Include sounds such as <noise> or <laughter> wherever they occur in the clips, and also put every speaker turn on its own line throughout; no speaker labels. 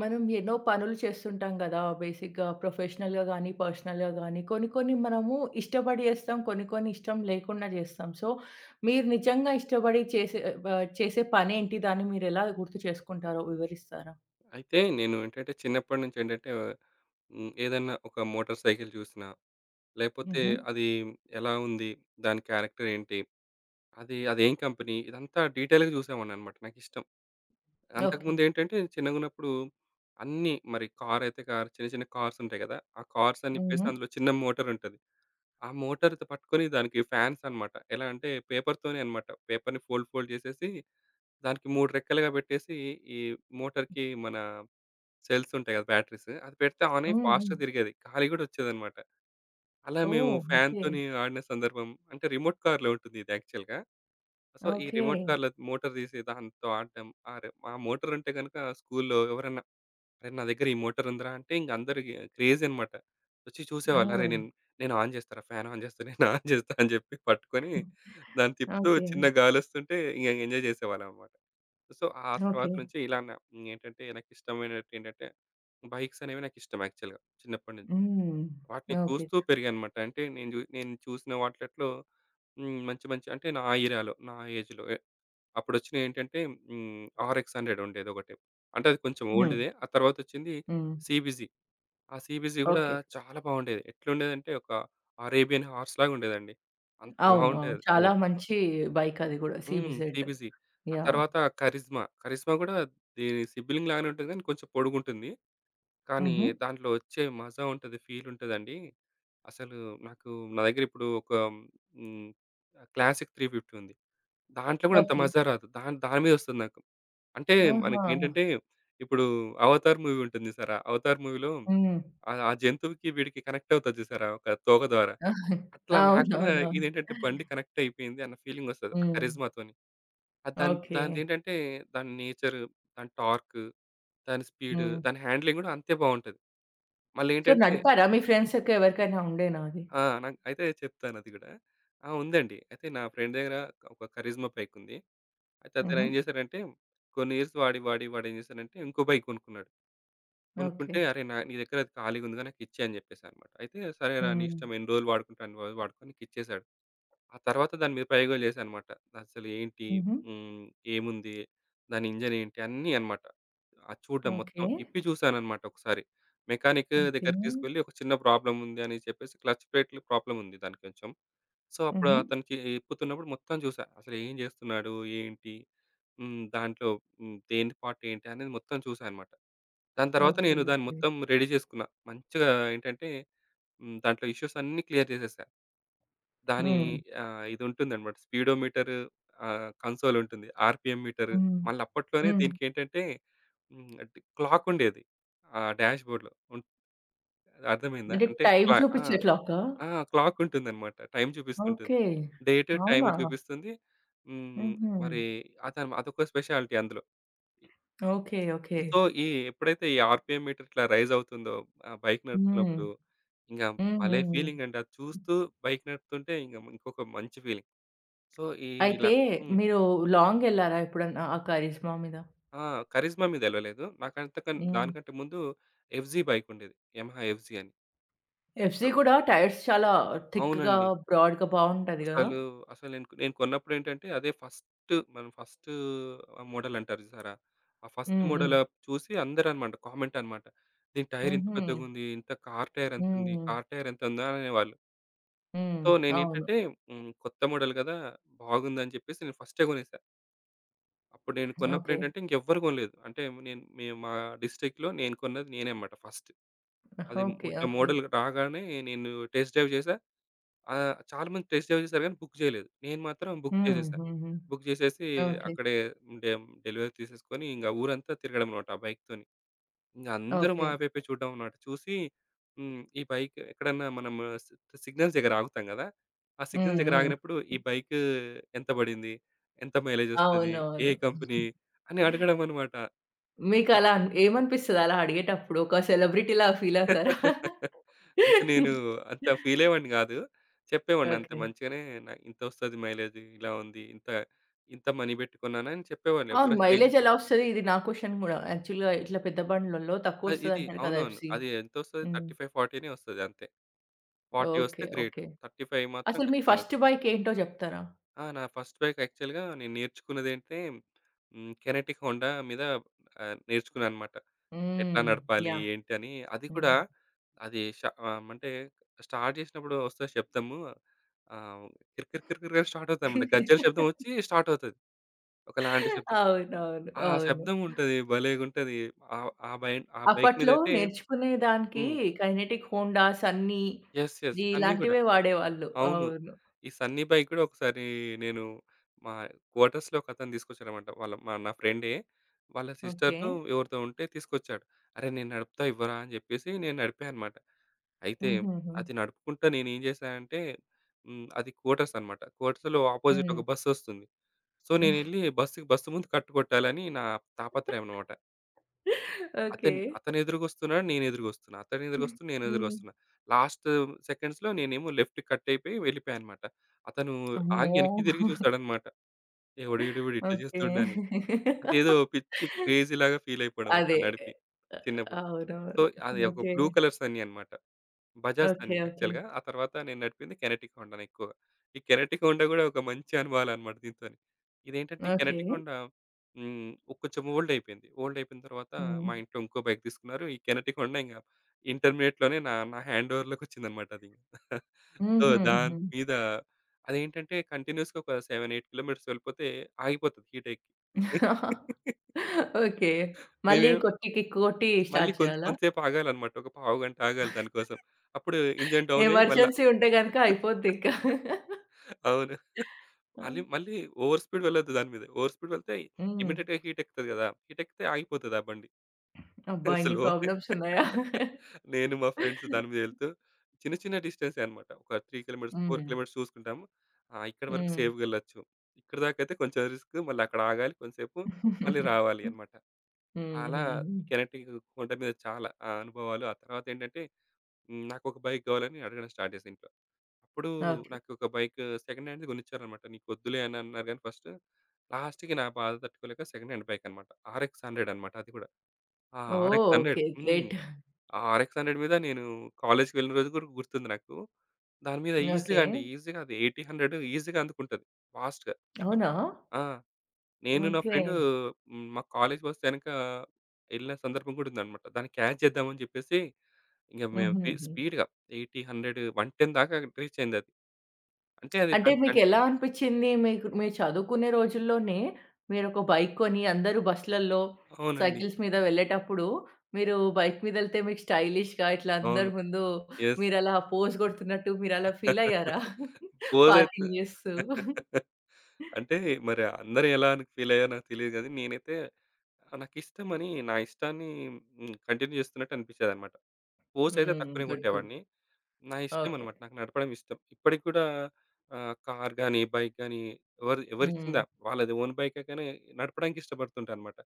మనం ఎన్నో పనులు చేస్తుంటాం కదా! బేసిక్‌గా ప్రొఫెషనల్‌గా గానీ, పర్సనల్‌గా గానీ కొన్ని కొన్ని మనము ఇష్టపడి చేస్తాం. కొన్ని కొన్ని ఇష్టం లేకుండా చేస్తాం. సో, మీరు నిజంగా ఇష్టపడి చేసే చేసే పనేంటి? దాన్ని మీరెలా గుర్తు చేసుకుంటారో వివరిస్తారా?
అయితే నేను ఏంటంటే చిన్నప్పటి నుంచి ఏంటంటే ఏదన్నా ఒక మోటార్ సైకిల్ చూసినా, లేపోతే
హుహు.
అది ఎలా ఉంది? దాని క్యారెక్టర్ ఏంటి? అదేం కంపెనీ? ఇదంతా డీటెయిల్‌గా చూసేవాడిననమాట. నాకిష్టం.
ఓకే.
అంతకుముందేంటంటే చిన్నగున్నప్పుడు అన్నీ మరి కారయితే కార్, చిన్న చిన్న కార్స్ ఉంటాయి కదా! ఆ కార్స్ అని ఇప్పేసి
హుహు.
అందులో చిన్న మోటారుంటది. ఆ మోటార్‌తో పట్టుకొని దానికి ఫ్యాన్స్ అనమాట. ఎలా అంటే పేపర్‌తోనే అనమాట. పేపర్‌ని ఫోల్డ్ ఫోల్డ్ చేసేసి దానికి 3 రెక్కలుగా పెట్టేసి ఈ మోటార్‌కి మన సెల్స్ ఉంటాయి కదా! బ్యాటరీస్. అది పెడితే ఆన్ అయ్యి
హ్మ్.
ఫాస్ట్‌గా
హ్మ్.
తిరిగేది. గాలి గూడా వచ్చేదనమాట. అలా మేము
ఓహ్! ఓకే.
ఫ్యాన్‌తోని ఆడిన సందర్భం అంటే రిమోట్ కార్‌లో ఉంటుంది ఇది యాక్చువల్‌గా. సో, ఈ
ఓకే.
రిమోట్ కార్‌లో మోటర్ తీసి దాంతో ఆడడం. ఆ మోటర్ ఉంటే గనుక స్కూల్‌లో ఎవరన్నా "అరె! నా దగ్గర ఈ మోటర్ ఉందిరా" అంటే ఇంక అందరూ క్రేజీ అనమాట. వచ్చి చూసేవాళ్ళు. "అరె!
ఓహ్!
నేను నేను ఆన్ చేస్తారా ఫ్యాన్ ఆన్ చేస్తా. నేను ఆన్ చేస్తా" అని చెప్పి పట్టుకొని దాన్ని తిప్పుతూ
ఓకే.
చిన్న గాలొస్తుంటే ఇంక ఎంజాయ్ చేసేవాళ్ళమనమాట. సో, ఆ తర్వాత
ఓకే.
నుంచి ఇలా నా ఏంటంటే నాకిష్టమైనట్టు ఏంటంటే బైక్స్ అనేవి నాకిష్టం యాక్చువల్‌గా చిన్నప్పటి నుంచి.
హ్మ్.
వాటిని
ఓకే.
చూస్తూ పెరిగానన్నమాట. అంటే నేను చూసిన వాటిలట్లో మంచి మంచి అంటే నా ఏరియాలో, నా ఏజ్‌లో అప్పుడొచ్చినయి ఏంటంటే ఆర్ఎక్స్ 100 ఉండేదొకటి. అంటే అది కొంచెం
హ్మ్.
ఓల్డ్‌దే. ఆ తర్వాతొచ్చింది
హ్మ్.
సీబీజీ. ఆ సీబీజీ గూడా
ఓకే.
చాలా బాగుండేది. ఎట్లుండేదంటే ఒక అరేబియన్ హార్స్‌లాగా ఉండేదండి. అంత
అవును, అవును,
బాగుండేది
చాలా
అది.
మంచి బైక్ అది గూడా. సీబీజెడ్.
సీబీసీ. ఆ
యాహ్!
తర్వాత 'కరిజ్మా.' 'కరిజ్మా' గూడా దీని సిబ్లింగ్ లాగానే ఉంటుంది గానీ, కొంచెం పొడుగుంటుంది. కానీ,
హుహు.
దాంట్లో వచ్చే మజా ఉంటది, ఫీల్ ఉంటదండి. అసలు నాకు నా దగ్గర ఇప్పుడు ఒక హ్మ్. క్లాసిక్ 350 ఉంది. దాంట్లో గూడా అంత
ఓకే.
మజా రాదు. దాని మీద వస్తది నాకు. అంటే
ఆహా!
మనకేంటంటే, ఇప్పుడు 'అవతార్' మూవీ ఉంటుంది చూసారా? 'అవతార్' మూవీలో
హ్మ్.
ఆ జంతువుకి వీడికి కనెక్ట్ అవుతది చూసారా? ఒక తోక ద్వారా.
<laughs>
అట్లా నాకు కూడా
అవునవునవును.
ఇదేంటంటే బండి కనెక్ట్ అయిపోయింది అన్న ఫీలింగ్ వస్తది ఆ
హ్మ్.
'కరిజ్మా'తోని. ఆ! దాని
ఓకే.
దానిదేంటంటే దాని నేచర్, దాని టార్క్, దాని స్పీడ్,
హ్మ్.
దాని హ్యాండ్లింగ్ గూడా అంతే బావుంటది.
సో,
మళ్ళేంటంటే
నడిపారా మీ ఫ్రెండ్స్‌కి ఎవరికైనా ఉండేనా అది?
ఆ! నాకు అయితే చెప్తాను అది గూడా. ఆ! ఉందండి. అయితే నా ఫ్రెండ్ దగ్గర ఒక కరిజ్మా బైక్ ఉంది. అయితే
హుహు.
అతనేం చేశారంటే కొన్ని ఇయర్స్ వాడి, వాడేం చేశారంటే ఇంకో బైక్ కొనుక్కున్నాడు.
ఓకే.
కొనుక్కుంటే "అరే! నీ దగ్గర అది ఖాళీగా ఉందిగా నాకిచ్చేయి" అని చెప్పేసనమాట. అయితే "సరేరా! నీ
హ్మ్.
ఇష్టం ఎన్ని రోజులు వాడుకుంటే అన్ని రోజులు వాడుకో" అని నీకిచ్చేసాడు. ఆ తర్వాత దాని మీద ప్రయోగాలు చేశానన్నమాట. అసలేంటి?
హుహు.
హ్మ్. ఏముంది? దాని ఇంజిన్ ఏంటి? అన్నీ అన్నమాట. అది చూడ్డం మొత్తం
ఓకే.
ఇప్పి చూశానన్నమాట ఒకసారి. Mechanic
okay.
దగ్గరికి తీసుకెళ్ళి ఒక చిన్న ప్రాబ్లమ్ ఉంది అని చెప్పేసి క్లచ్ ప్లేట్‌లో ప్రాబ్లమ్ ఉంది దానికి కొంచెం. సో, అప్పుడు
హుహు.
అతనికి ఇప్పుతున్నప్పుడు మొత్తం చూసా. అసలు ఏం చేస్తున్నాడు? ఏంటి? దాంట్లో దేని పార్ట్ ఏంటి? అనేది మొత్తం చూసా అన్నమాట. దాని తర్వాత
ఓకే.
నేను దాన్ని
ఓకే.
మొత్తం రెడీ చేసుకున్నా. మంచిగా ఏంటంటే దాంట్లో ఇష్యూస్ అన్నీ క్లియర్ చేసేసా. దాని
హ్మ్.
ఇది ఉంటుందన్నమాట. స్పీడోమీటర్, కన్సోల్ ఉంటుంది. RPM meter.
హ్మ్.
మళ్ళీ అప్పట్లోనే
హ్మ్.
దీనికేంటంటే అంటే క్లాక్ ఉండేది. ఆ డాష్‌బోర్డ్‌లో ఉం అర్థమైందా?
అంటే
అంటే
టైమ్
క్లా ఆ!
చూపిచ్చే క్లాకా?
ఆ! క్లాక్ ఉంటుందన్నమాట. టైమ్ చూపిస్తుంటుంది.
ఓకే.
డేట్, టైమ్
అవునా?
చూపిస్తుంది. హ్మ్.
హుహు.
మరి అదొక స్పెషాలిటీ అందులో.
ఓకే. ఓకే.
సో, ఈ ఎప్పుడైతే ఈ ఆర్‌పిఎం మీటర్ ఇట్లా రైజ్ అవుతుందో, బైక్
హ్మ్. హ్మ్.
నడుపుతున్నప్పుడు, ఇంగ భలే
హ్మ్. హ్మ్.
ఫీలింగ్ అండి. అది చూస్తూ బైక్ నడుపుతుంటే ఇంకొక మంచి ఫీలింగ్. సో, ఈ
అయితే
ఇలా హ్మ్.
మీరు లాంగెళ్లారా ఎప్పుడన్నా ఆ కరిష్మా మీద?
ఆ! కరిజ్మా మీద ఎళ్ళలేదు.
హ్మ్.
దానికంటే ముందు ఎఫ్‌జీ బైకుండేది. యమహా ఎఫ్‌జీ అని. సో
'ఎఫ్‌జీ' కూడా టైర్స్ చాలా థిక్‌గా,
అవునండి.
బ్రాడ్‌గా బావుంటది గదా!
అసలు, అసలు నేను నేను కొన్నప్పుడేంటంటే అదే ఫస్ట్ ఫస్ట్ మోడల్ అంటారు చూసారా? ఆ ఫస్ట్
హ్మ్. హ్మ్.
మోడల్ చూసి అందరనమాట కామెంట్ అనమాట. దీని టైర్ ఇంత
హుహు.
పెద్దగుంది. ఇంత కార్ టైర్ ఎంతుంది?
హ్మ్.
కార్ టైర్ ఎంతుందా? అనేవాళ్ళు.
హ్మ్.
సో,
అవును.
నేనేంటంటే కొత్త మోడల్ కదా! బాగుందని చెప్పేసి నేను ఫస్టే కొనేసా. అప్పుడు నేను
ఓకే.
కొన్నప్పుడేంటంటే ఇంకెవ్వరు కొనలేదు. అంటే నేను మేము మా డిస్ట్రిక్ట్‌లో నేను కొన్నది నేనే అనమాట ఫస్ట్. అది
ఓకే.
ఇట్లా
ఓకే.
మోడల్ రాగానే నేను టెస్ట్ డ్రైవ్ చేశా. ఆ! చాలా మంది టెస్ట్ డ్రైవ్ చేశారు కానీ బుక్ చేయలేదు. నేను మాత్రం బుక్
హ్మ్.
చేసేసా.
హుహు.
బుక్ చేసేసి
ఓకే.
అక్కడే డె డెలివరీ తీసేసుకొని ఇంక ఊరంతా తిరగడం అన్నమాట ఆ బైక్‌తోని. ఇంక అందరూ మా
ఓకే.
వైపే చూడడం అన్నమాట. చూసి హ్మ్. ఈ బైక్ ఎక్కడన్నా మనం సి సిగ్నల్స్ దగ్గర ఆగుతాం కదా! ఆ సిగ్నల్స్
హ్మ్.
దగ్గర
హ్మ్.
ఆగినప్పుడు ఈ బైక్ ఎంత పడింది? ఎంత మైలేజ్ వస్తది? ఏ
అవునవును.
కంపెనీ? అని అడగడం అన్నమాట.
మీకలా ఏమనిపిస్తది అలా అడిగేటప్పుడు? ఒక సెలబ్రిటీలా ఫీల్ అవుతారా?
అంటే నేను అంత ఫీల్ అయ్యేవాడిని కాదు. చెప్పేవాడిని అంతే
ఓకే.
మంచిగానే. నా ఇంతొస్తది మైలేజ్, ఇలా ఉంది. ఇంత ఇంత మనీ పెట్టుకున్నానని చెప్పేవాళ్ళు.
అవును.
Everest
mileage
changes.
ఎలా వస్తది? ఇది నా క్వెషన్ గూడా. యాక్చువల్‌గా ఇట్లా పెద్ద బండ్లలో
ఇది
తక్కువొస్తదంటారు కదా!
అవునవును.
'ఎఫ్‌జీ'.
అది ఎంతొస్తది
హ్మ్.
35, 40నే వస్తది అంతే. 40 వస్తే
ఓకే.
గ్రేట్.
ఓకే.
35 మాత్రం
అసలు మీ
ఖచ్చితంగా
ఫస్ట్
వస్తది.
బైక్ ఏంటో జెప్తారా?
ఆ! నా ఫస్ట్ బైక్ యాక్చువల్‌గా నేను నేర్చుకున్నదేంటే కైనెటిక్ హోండా మీద నేర్చుకున్నానన్నమాట. ఎట్లా
హ్మ్.
నడపాలి?
యాహ్!
ఏంటి అని అది కూడా
హ్మ్.
అది ష అంటే స్టార్ట్ చేసినప్పుడు వస్తది శబ్దము. ఆహ్, కిర్ కిర్ కిర్ కిర్ అని స్టార్ట్ అవుతదనమాట. గజ్జెల శబ్దం
<laughs>
వచ్చి స్టార్ట్ అవుతది. ఒకలాంటి శబ్దం.
అవునవును.
ఆ
అవును.
శబ్దం ఉంటది. భలేగుంటది. ఆహ్, ఆ బై ఆ బైక్
అప్పట్లో
మీదయితే
నేర్చుకునే దానికి
హ్మ్.
కైనెటిక్ హోండాస్ అన్నీ
యెస్. యెస్. సన్నీ కూడా.
ఇలాంటివే వాడేవాళ్ళు.
అవును.
అవును.
ఈ సన్నీ బైక్ కూడా ఒకసారి నేను మా క్వార్టర్స్‌లో ఒకతను తీసుకొచ్చాడనమాట. వాళ్ళ మా నా ఫ్రెండే. వాళ్ళ
ఓకే.
సిస్టర్‌తో ఎవరితో ఉంటే తీసుకొచ్చాడు. "అరే! నేను నడుపుతా ఇవ్వరా" అని చెప్పేసి నేను నడిపా అనమాట. అయితే
హుహుహు.
అది నడుపుకుంటా నేనేం చేశానంటే అది క్వార్టర్స్ అన్నమాట. క్వార్టర్స్‌లో అపోజిట్
హ్మ్.
ఒక బస్సొస్తుంది. సో, నేనెళ్లి బస్సు ముందు కట్టుకొట్టాలని నా తాపత్రయం అన్నమాట.
<laughs> ఓకే.
అతనెదురుగొస్తున్నాడు, నేనెదురుగొస్తున్నా. అతనెదురుగొస్తున్నా,
హ్మ్.
నేనెదురుగొస్తున్నా. లాస్ట్ సెకండ్స్‌లో నేనేమో లెఫ్ట్‌కి కట్ అయిపోయి వెళ్ళిపోయా అన్నమాట. అతను ఆగి
అమ్మో!
వెనక్కి తిరిగి చూసాడన్నమాట. ఎవడు ఈడు వీడు ఇట్లా
ఓకే.
చేస్తుండని. అదేదో పిచ్చి క్రేజీలాగా ఫీల్ అయిపోవడం అట్లా
అదే.
నడిపి చిన్నప్పుడు. సో,
అవునవును.
అది ఒక
ఓకే.
బ్లూ కలర్ సన్నీ అన్నమాట. బజాజ్
ఓకే.
అని
ఓకే.
యాక్చువల్‌గా. ఆ తర్వాత నేను నడిపింది కెనెటిక్ హోండానే ఎక్కువ. ఈ కెనెటిక్ హోండా గూడా ఒక మంచి అనుభవాలనమాట దీనితోని. ఇదేంటంటే ఈ
ఓకే.
కెనెటిక్ హోండా ఓ కొంచెం ఓల్డ్ అయిపోయింది. ఓల్డ్ అయిపోయిన తర్వాత
హ్మ్.
మా ఇంట్లో ఇంకో బైక్ తీసుకున్నారు. ఈ కెనెటిక్ హోండా ఇంటర్మీడియేట్‌లోనే నా నా హ్యాండ్ ఓవర్‌లోకొచ్చిందనమాట అది. <laughs> సో,
హుహు.
దాని
హ్మ్.
మీద అదేంటంటే కంటిన్యూయస్‌గా ఒక 7, 8 కిలోమీటర్స్ వెళ్ళిపోతే ఆగిపోతది హీటెక్కి.
ఓకే. మళ్ళీ
మేమేం <laughs>
కొట్టికి కొట్టి
మళ్ళీ
స్టార్ట్
కొంత
చేయాలా?
కొంత సేపు ఆగాలనమాట. ఒక పావుగంట ఆగాలి దాని కోసం. అప్పుడు ఇంజిన్ డౌన్ అయ్యి మళ్ళా
ఎమర్జెన్సీ ఉంటే గనక అయిపోద్దింక.
అవును.
ఆ!
మళ్ళీ మళ్ళీ ఓవర్ స్పీడ్ వెళ్ళొద్దు దాని మీద. ఓవర్ స్పీడ్ వెళ్తే
హ్మ్.
ఇమ్మీడియేట్‌గా హీట్ ఎక్కుతది గదా! హీట్ ఎక్కితే ఆగిపోతది ఆ బండి.
అబ్బా!
<laughs>
ఇన్ని
అసలు
ప్రాబ్లమ్స్ ఉన్నాయా?
నేను మా ఫ్రెండ్స్ దాని మీద వెళ్తూ చిన్న చిన్న డిస్టెన్సే అనమాట. ఒక 3 కిలోమీటర్స్,
హ్మ్.
4 కిలోమీటర్స్ చూసుకుంటాము. ఆహ్, ఇక్కడి వరకు
హ్మ్.
సేఫ్‌గా వెళ్ళొచ్చు. ఇక్కడి దాకా అయితే కొంచెం రిస్క్. మళ్ళీ అక్కడ ఆగాలి కొంసేపు. మళ్ళీ రావాలి అన్నమాట.
హ్మ్.
అలా
హుహు.
కెనెక్టింగ్ కొండ మీద చాలా అనుభవాలు. ఆ తర్వాతేంటంటే, నాకొక బైక్ కావాలని అడగడం స్టార్ట్ చేశా ఇంట్లో. అప్పుడు
ఓకే.
నాకొక బైకు సెకండ్ హ్యాండ్‌ది కొనిచ్చారనమాట. నీకొద్దులే అని అన్నారు గానీ ఫస్ట్. లాస్ట్‌కి నా బాధ తట్టుకోలేక సెకండ్ హ్యాండ్ బైకనమాట. ఆర్ఎక్స్ 100 అనమాట అది గూడా. ఆ
ఓహ్!
RX 100
okay.
హ్మ్.
గ్రేట్.
ఆ ఆర్ఎక్స్ 100 మీద నేను కాలేజ్‌కి వెళ్ళిన రోజు గూడా గుర్తుంది నాకు. దాని మీద
ఓకే.
ఈజీగా అది 80, 100 ఈజీగా అందుకుంటది. ఫాస్ట్‌గా పికప్.
అవునా?
ఆ! నేను నా
ఓకే.
ఫ్రెండు మా కాలేజ్ బస్ ఎనక ఎళ్ళిన సందర్భం గూడా ఉందనమాట. దాన్ని క్యాచ్ చేద్దామని జెప్పేసి ఇంక మేము
హుహుహు.
స్పీడ్‌గా 80, 100, 110 దాకా రీచ్ అయిందది. అంటే అది
అంటే
దాని
మీకెలా
కండిషన్.
అనిపిచ్చింది? మీకు మీరు చదువుకునే రోజుల్లోనే మీరొక బైక్ కొని అందరూ బస్‌లల్లో
అవునండి.
సైకిల్స్ మీద వెళ్ళేటప్పుడు మీరు బైక్ మీదెళ్తే మీకు స్టైలిష్‌గా ఇట్లా
అవును.
అందరి ముందు
యెస్.
మీరలా పోజ్ కొడుతున్నట్టు మీరలా ఫీల్ అయ్యారా?
పోజయితే
పార్కింగ్ చేస్తూ.
<laughs> అంటే మరి అందరూ ఎలా అని ఫీల్ అయ్యారో నాకు తెలీదు గానీ, నేనైతే నాకిష్టమని నా ఇష్టాన్ని కంటిన్యూ చేస్తున్నట్టు అనిపిచ్చేదనమాట. పోజయితే
హ్మ్.
తక్కువనే
గుడ్. గుడ్.
కొట్టేవాడిని. నా ఇష్టం
ఓకే.
అనమాట. నాకు నడపడం ఇష్టం. ఇప్పటికి కూడా కార్ గానీ, బైక్ గానీ
హ్మ్.
ఎవరిచ్చిందా వాళ్ళది ఓన్ బైకే కానీ నడపడానికి ఇష్టపడుతుంటా అనమాట.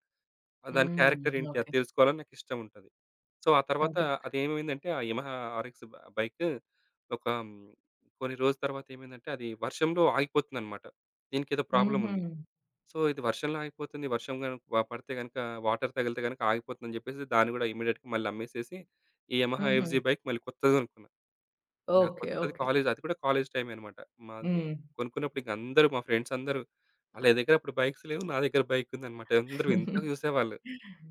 ఆ! దాని
హ్మ్.
క్యారెక్టర్ ఏంటి? అది
ఓకే.
తెలుసుకోవాలని నాకిష్టముంటది. సో, ఆ తర్వాత
ఓకే.
అదేమైందంటే ఆ యమహా ఆర్ఎక్స్ బ బైకు ఒక కొన్ని రోజుల తర్వాత ఏమైందంటే అది వర్షంలో ఆగిపోతుందన్నమాట. దీనికేదో ప్రాబ్లముంది.
హుహు.
సో, ఇది వర్షంలో ఆగిపోతుంది. వర్షం గనుక పడితే గనుక వాటర్ తగిలితే గనుక ఆగిపోతుందని జెప్పేసి దాన్ని గూడా ఇమ్మీడియేట్‌గా మళ్ళీ అమ్మేసేసి ఈ యమహా
హుహు.
ఎఫ్‌జీ బైక్ మళ్ళీ కొత్తది గొనుక్కున్నా. ఆ
ఓకే.
కొత్తది
ఓకే.
కాలేజ్ అది కూడా కాలేజ్ టైమే అన్నమాట. మాది
హ్మ్.
కొనుక్కున్నప్పుడు ఇంక మా ఫ్రెండ్స్ అందరూ వాళ్ళ దగ్గర అప్పుడు బైక్స్ లేవు. నా దగ్గర బైకుందన్నమాట. అందరూ వింతగా జూసేవాళ్ళు.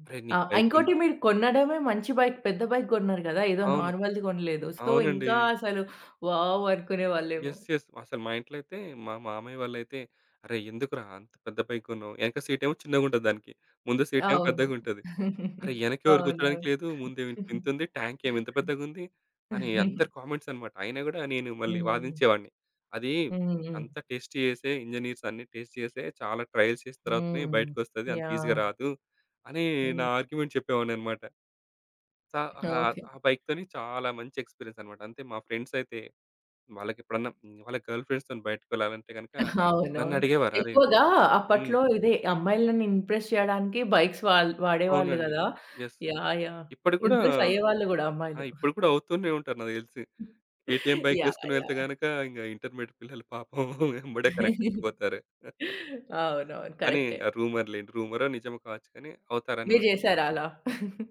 అరే!
ఆ,
నీకు
ఇంకోటి
బైకుంది.
మీరు కొనడమే మంచి బైక్. పెద్ద బైక్ కొన్నారు గదా! ఏదో
అవును.
నార్మల్‌ది కొనలేదు. సో,
అవునండి.
ఇంకా అసలు వావ్ అనుకునేవాళ్ళేమో.
యెస్. యెస్. అసలు మా ఇంట్లో అయితే మా మామయ్య వాళ్ళైతే, "అరేయ్! ఎందుకురా అంత పెద్ద బైక్ కొన్నావు? వెనక సీట్ ఏమో చిన్నగుంటది దానికి. ముందు సీట్ ఏమో
అవును.
పెద్దగుంటది. అరే! వెనక ఎవరు
అవునవును.
కూర్చోడానికి లేదు. ముందేమో ఇంతుంది. ట్యాంక్ ఏమో ఇంత పెద్దగుంది" అని
<laughs>
అందరి కామెంట్స్ అన్నమాట. అయినా గూడా నేను మళ్ళీ
హ్మ్.
వాదించేవాడిని. అది
హ్మ్. హ్మ్.
అంతా టెస్ట్ చేసే ఇంజినీర్స్ అన్ని టెస్ట్ చేసే చాలా ట్రయల్స్ చేసిన తర్వాతనే
హ్మ్.
బయటకొస్తది. అంత ఈజీగా
యాహ్!
రాదు అని నా
హ్మ్.
ఆర్గ్యుమెంట్ చెప్పేవాడినన్నమాట. సా ఆ
ఓకే.
ఆ బైక్‌తోని చాలా మంచి ఎక్స్‌పీరియన్స్ అన్నమాట. అంతే మా ఫ్రెండ్స్ అయితే వాళ్ళకెప్పుడన్నా వాళ్ళ గర్ల్ ఫ్రెండ్స్‌తోని బయటికి వెళ్ళాలంటే గనక
అవునవును.
నన్నడిగేవారు. అరే!
ఎక్కువగా
హ్మ్.
అప్పట్లో ఇదే అమ్మాయిలని ఇంప్రెస్ చేయడానికి బైక్స్ వాల్ వాడేవాళ్ళు
అవునండి.
గదా!
యెస్.
యాహ్! యాహ్!
ఇప్పటికి కూడా
ఇంప్రెస్ అయ్యేవాళ్ళు గూడా
ఆ!
అమ్మాయిలు.
ఇప్పుడు కూడా అవుతూనే ఉంటారు నాకు తెలిసి. కేటీఎం
<laughs>
బైక్ తీసుకొని
యాహ్!
వెళ్తే గనక ఇంటర్మీడియేట్ పిల్లలు పాపం <laughs> ఎంబడే
యాహ్!
కనెక్ట్ అయిపోతారు.
అవునవును.
అని
కరెక్టే.
రూమర్‌లేండి. రూమరో నిజమో కావచ్చు కానీ అవుతారని
మీరు
మాత్రం ప.
జేసారా అలా?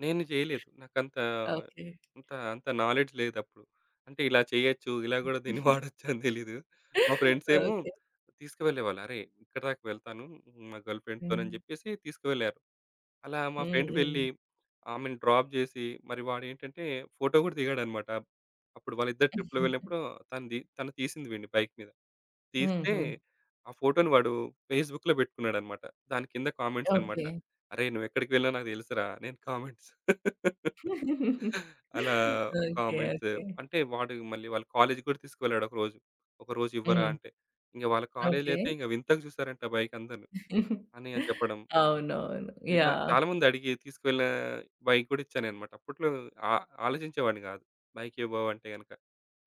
నేను చేయలేదు. నాకంత
ఓకే.
అంత అంత నాలెడ్జ్ లేదప్పుడు. అంటే ఇలా చేయొచ్చు, ఇలా గూడా దీన్ని వాడొచ్చని తెలీదు. మా ఫ్రెండ్సేమో
ఓకే.
తీసుకువెళ్ళేవాళ్ళు. "అరే! ఇక్కడి దాకా వెళ్తాను మా గర్ల్
హ్మ్.
ఫ్రెండ్‌తోనని" చెప్పేసి తీసుకువెళ్లారు. అలా మా
హ్మ్.
ఫ్రెండ్ వెళ్ళి
హ్మ్.
ఆమెను డ్రాప్ జేసి, మరి వాడేంటంటే ఫోటో గూడా దిగాడనమాట. అప్పుడు వాళ్ళిద్దరు ట్రిప్‌లో వెళ్ళినప్పుడు తను తీసింది వీడిని బైక్ మీద. తీస్తే
హుహు.
ఆ ఫోటోని వాడు ఫేస్‌బుక్‌లో పెట్టుకున్నాడన్నమాట. దాని కింద కామెంట్స్ అన్నమాట.
ఓకే.
"అరేయ్! నువ్వెక్కడికి వెళ్ళావో నాకు తెలుసురా" నేను కామెంట్స్. <laughs> అలా
ఓకే.
కామెంట్స్.
ఓకే.
అంటే వాడు మళ్ళీ వాళ్ళ కాలేజ్‌కి కూడా తీసుకువెళ్ళాడు ఒకరోజు. "ఒకరోజు ఇవ్వరా"
హ్మ్.
అంటే, ఇంక వాళ్ళ కాలేజ్‌లో
ఓకే.
అయితే ఇంక వింతగా చూసారంట బైక్ అందరూ అని చెప్పడం.
అవునవును.
ఇలా
యాహ్!
చాలామంది అడిగి తీసుకువెళ్ళిన బైక్ కూడా ఇచ్చానన్నమాట. అప్పట్లో ఆ ఆలోచించేవాడిని కాదు. బైక్ ఇవ్వవు అంటే గనుక,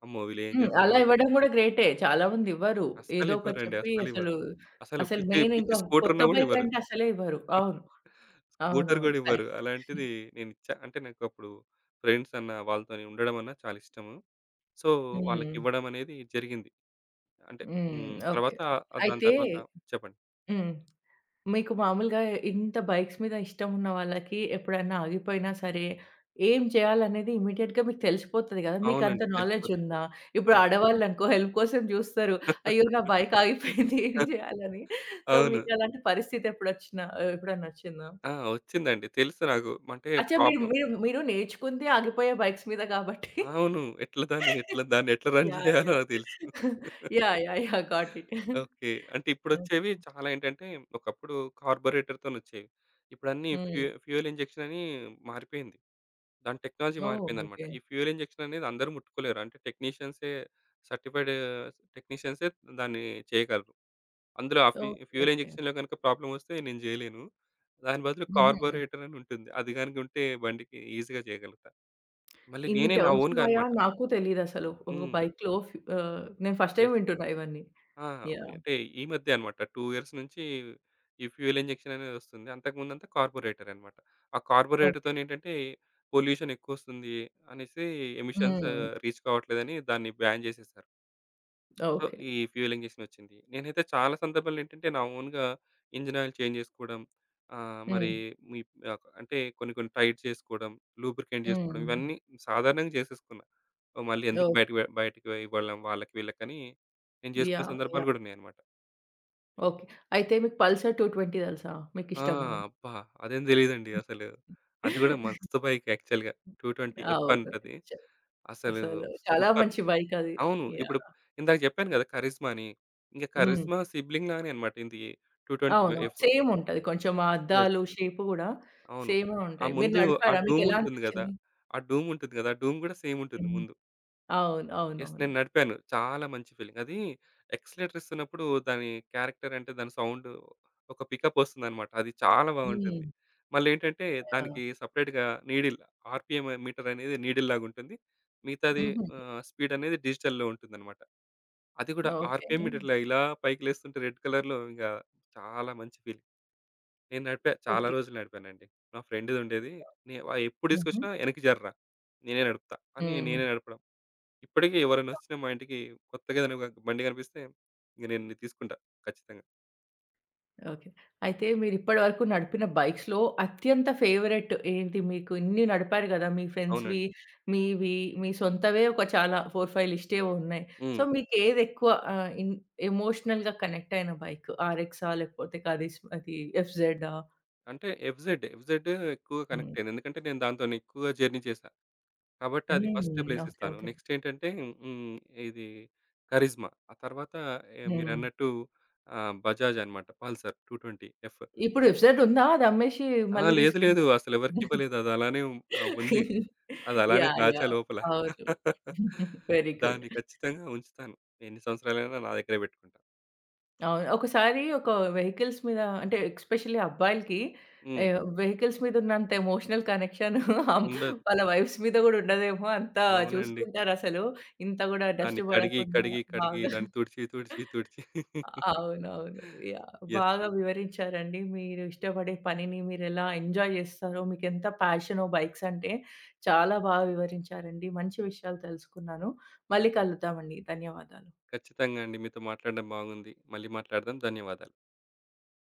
"అమ్మో! వీళ్ళు ఏం
హ్మ్. అలా
చేస్తారో".
ఇవ్వడం గూడా గ్రేటే. చాలా మంది ఇవ్వరు. ఏదో ఒకటి
అస్సలివ్వరండి.
చెప్పి
అస్సలివ్వరు.
అసలు,
అసలు
అసలు
పిచ్చి,
మెయిన్
పిచ్చి
ఇంకా
స్కూటర్
కొత్త
ఉన్నా గూడా
బైక్
ఇవ్వరు.
అంటే అసలే ఇవ్వరు. అవును.
స్కూటర్
అవునవును.
గూడా ఇవ్వరు.
కరెక్టే.
అలాంటిది నేనిచ్చా. అంటే నాకప్పుడు ఫ్రెండ్స్ అన్న వాళ్ళతోని ఉండడం అన్నా చాలా ఇష్టము. సో,
హ్మ్.
వాళ్ళకివ్వడం అనేది జరిగింది. అంటే
హ్మ్.
హ్మ్.
ఓకే.
తర్వాత దాని
అయితే
తర్వాత చెప్పండి.
హ్మ్. మీకు మామూలుగా ఇంత బైక్స్ మీద ఇష్టం ఉన్న వాళ్ళకి ఎప్పుడైనా ఆగిపోయినా సరే, ఏం చేయాలనేది ఇమ్మీడియేట్‌గా మీకు తెలిసిపోతది గదా! మీకంత
అవునండి.
నాలెడ్జ్
తెలిసిపోద్ది.
ఉందా? ఇప్పుడు
ఆ!
ఆడవాళ్ళనుకో హెల్ప్ కోసం జూస్తారు. అయ్యో! నా
<laughs>
బైక్ ఆగిపోయింది ఏం జేయాలని? సో,
అవును.
మీకు అలాంటి పరిస్థితి ఎప్పుడన్నా ఒచ్చిందా?
ఆ! వచ్చిందండి. తెలుసు నాకు. అంటే
అచ్చా! మీరు
ప్రాబ్లమ్.
మీరు మీరు నేర్చుకుంది ఆగిపోయే బైక్స్ మీద గాబట్టి.
అవును. ఎట్లా రన్
యాహ్!
జేయాలో
యాహ్!
నాకు తెలుసు.
Yeah! Yeah! Yeah! Got it.
Okay. అంటే
ఓకే.
ఇప్పుడొచ్చేవి చాలా ఏంటంటే, ఒకప్పుడు కార్బొరేటర్‌తోనొచ్చేవి. ఇప్పుడన్నీ
హ్మ్.
ఫ్యూయల్ ఇంజెక్షన్ అని మారిపోయింది. దాని టెక్నాలజీ
ఓహ్!
మారిపోయిందనమాట.
ఓకే.
ఈ ఫ్యూయల్ ఇంజెక్షన్ అనేది అందరూ ముట్టుకోలేరు. అంటే సర్టిఫైడ్ టెక్నీషియన్సే దాన్ని చేయగలరు. అందులో ఆ
ఓకే.
Fuel
okay.
ఇంజెక్షన్‌లో గనుక ప్రాబ్లమొస్తే నేను జేయలేను. దాని బదులు
హుహు.
కార్బొరేటర్ అని ఉంటుంది. అది గనుకుంటే బండికి ఈజీగా జేయగలుగుతా. మళ్ళీ
ఇన్ని
నేనే నా
టర్మ్స్
ఓన్‌గా
ఉన్నాయా
అనమాట.
అని నాకు తెలీదసలు. ఒక
హ్మ్.
బైక్‌లో నేను ఫస్ట్ టైమ్
యెస్.
వింటున్నా ఇవన్నీ.
ఆ! ఓకే.
యాహ్!
అంటే ఈ మధ్యే అన్నమాట. 2 ఇయర్స్ నుంచి ఈ ఫ్యూయల్ ఇంజెక్షన్ అనేది వస్తుంది. అంతకుముందంతా కార్బొరేటర్ అన్నమాట. ఆ
ఓకే.
కార్బొరేటర్‌తోనేంటంటే పొల్యూషన్ ఎక్కువొస్తుంది అనేసి ఎమిషన్స్
హ్మ్.
రీచ్ కావట్లేదని దాన్ని బ్యాన్ చేసేసారు. So,
okay.
ఈ ఫ్యూయల్ ఇంజెక్షన్ వచ్చింది. నేనైతే చాలా సందర్భాల్లో ఏంటంటే నా ఓన్‌గా ఇంజిన్ ఆయిల్ చేంజ్ చేసుకోవడం. ఆహ్, మరి
హ్మ్.
మీ ఆహ్, అంటే కొన్ని కొన్ని టైట్ చేసుకోవడం, లూబ్రికేట్ చేసుకోవడం
హ్మ్.
ఇవన్నీ సాధారణంగా చేసేసుకున్నా. మళ్ళీ ఎందుకు
ఓహ్!
బయటకి బయటకి ఇవ్వడం వాళ్ళకి వీళ్ళకని నేను చేసుకున్న
యాహ్!
సందర్భాలు
యాహ్!
కూడా ఉన్నాయన్నమాట.
ఓకే. అయితే మీకు పల్సర్ 220 తెలుసా?
ఆ!
మీకిష్టమా అది?
అబ్బా! అదేం తెలీదండి అసలు. అది గూడా మస్తు బైక్ యాక్చువల్‌గా. 220 ఎఫ్
అవును.
అంటది.
చ
అసలు
అసలు చాలా
సూపర్.
మంచి బైక్ అది.
అవును. ఇప్పుడు
యాహ్!
ఇందాక చెప్పాను గదా! కరిజ్మా అని. ఇంక
హ్మ్.
కరిజ్మా సిబ్లింగ్ లానే అన్నమాట ఇది 220
అవును.
ఎఫ్.
సేమ్ ఉంటది. కొంచెం ఆ
యెస్.
అద్దాలు, షేప్ గూడా
అవును.
సేమే
ఆ
ఉంటాయి. మీరు
ముందు ఆ
నడిపారా?
డూమ్
మీకెలా
ఉంటుంది గదా!
అనిపిచ్చింది?
ఆ డూమ్ గూడా సేమ్ ఉంటుంది
హ్మ్.
ముందు.
అవును.
యెస్.
అవునవును.
నేను నడిపాను. చాలా మంచి ఫీలింగ్. అది ఎక్సిలరేటర్ ఇస్తున్నప్పుడు దాని క్యారెక్టర్ అంటే దాని సౌండ్, ఒక పికప్ వస్తుందన్నమాట. అది చాలా
హ్మ్.
బాగుంటుంది. మళ్ళేంటంటే
యాహ్!
దానికి సెపరేట్‌గా నీడిల్ ఆర్‌పిఎం మీటర్ అనేది నీడిల్ లాగుంటుంది. మిగతాది
హుహు.
స్పీడ్ అనేది డిజిటల్‌లో ఉంటుందన్నమాట. అది కూడా
ఓకే.
ఆర్‌పిఎం మీటర్‌లో ఇలా పైకి లేస్తుంటే రెడ్ కలర్‌లో చాలా మంచి ఫీలింగ్. నేను నడిపా. చాలా
ఓకే.
రోజులు నడిపానండి. మా ఫ్రెండ్‌దుండేది. "ఎప్పుడు
హుహు.
తీసుకొచ్చినా ఎనక్కి జర్రా నేనే నడుపుతా" అని
హ్మ్.
నేనే నడపడం. ఇప్పటికి ఎవరైనా వచ్చినా మా ఇంటికి కొత్తగా ఏదైనా ఒక బండి కనిపిస్తే ఇంక నేను తీసుకుంటా ఖచ్చితంగా.
ఓకే. అయితే మీరిప్పటి వరకు నడిపిన బైక్స్‌లో అత్యంత ఫేవరెట్ ఏంటి? మీకు ఇన్ని నడిపారు గదా! మీ ఫ్రెండ్స్‌వి,
అవునండి.
మీవి, మీ సొంతవే ఒక చాలా 4, 5 లిస్టేవో ఉన్నాయి. సో,
హ్మ్.
మీకేదెక్కువ ఆహ్, ఇన్ ఎమోషనల్‌గా కనెక్ట్ అయిన బైక్? ఆర్ఎక్సా? లేకపోతే కరిష్మా ఎఫ్‌జెడా?
అంటే ఎఫ్‌జెడ్. ఎఫ్‌జెడ్ ఎక్కువగా
హ్మ్.
కనెక్ట్ అయింది. ఎందుకంటే నేను దాంతోని ఎక్కువగా జర్నీ చేశా. కాబట్టి అది ఫస్ట్
హ్మ్.
Place
okay.
ఇస్తాను.
ఓకే.
నెక్స్ట్ ఏంటంటే హ్మ్. ఇది కరిజ్మా. ఆ తర్వాత
హ్మ్.
మీరన్నట్టు బజాజ్ అన్నమాట. Pulsar 220 F.
ఇప్పుడు ఎఫ్‌జెడ్ ఉందా? అది అమ్మేసి
ఆ!
మళ్ళీ
లేదు లేదు.
తీసుకున్నారా?
అసలు ఎవరికివ్వలేదు. అది అలానే ఉంది. అది అలానే
యాహ్!
దాచా
యాహ్!
లోపల.
అవును.
<laughs>
Very good.
దాన్ని ఖచ్చితంగా ఉంచుతాను. ఎన్ని సంవత్సరాలైనా నా దగ్గరే పెట్టుకుంటా.
అవును. ఒకసారి ఒక వెహికల్స్ మీద అంటే ఎస్పెషల్లీ అబ్బాయిలకి
హ్మ్.
ఆహ్, వెహికల్స్ మీద ఉన్నంత ఎమోషనల్ కనెక్షన్
ఉండదు.
వాళ్ళ వైఫ్స్ మీద కూడా ఉండదేమో అంత
అవునండి.
చూసుకుంటారసలు. ఇంత కూడా
దాన్ని
డస్ట్ పడకుండా
కడిగి
బాగా.
దాన్ని తుడిచి <laughs>
అవునవును. యాహ్!
యెస్.
బాగా వివరించారండి. మీరు ఇష్టపడే పనిని మీరెలా ఎంజాయ్ చేస్తారో, మీకెంత ప్యాషనో బైక్స్ అంటే చాలా బాగా వివరించారండి. మంచి విషయాలు తెలుసుకున్నాను. మళ్ళీ కలుద్దామండి. ధన్యవాదాలు.
ఖచ్చితంగా అండి. మీతో మాట్లాడడం బాగుంది. మళ్ళీ మాట్లాడదాం. ధన్యవాదాలు.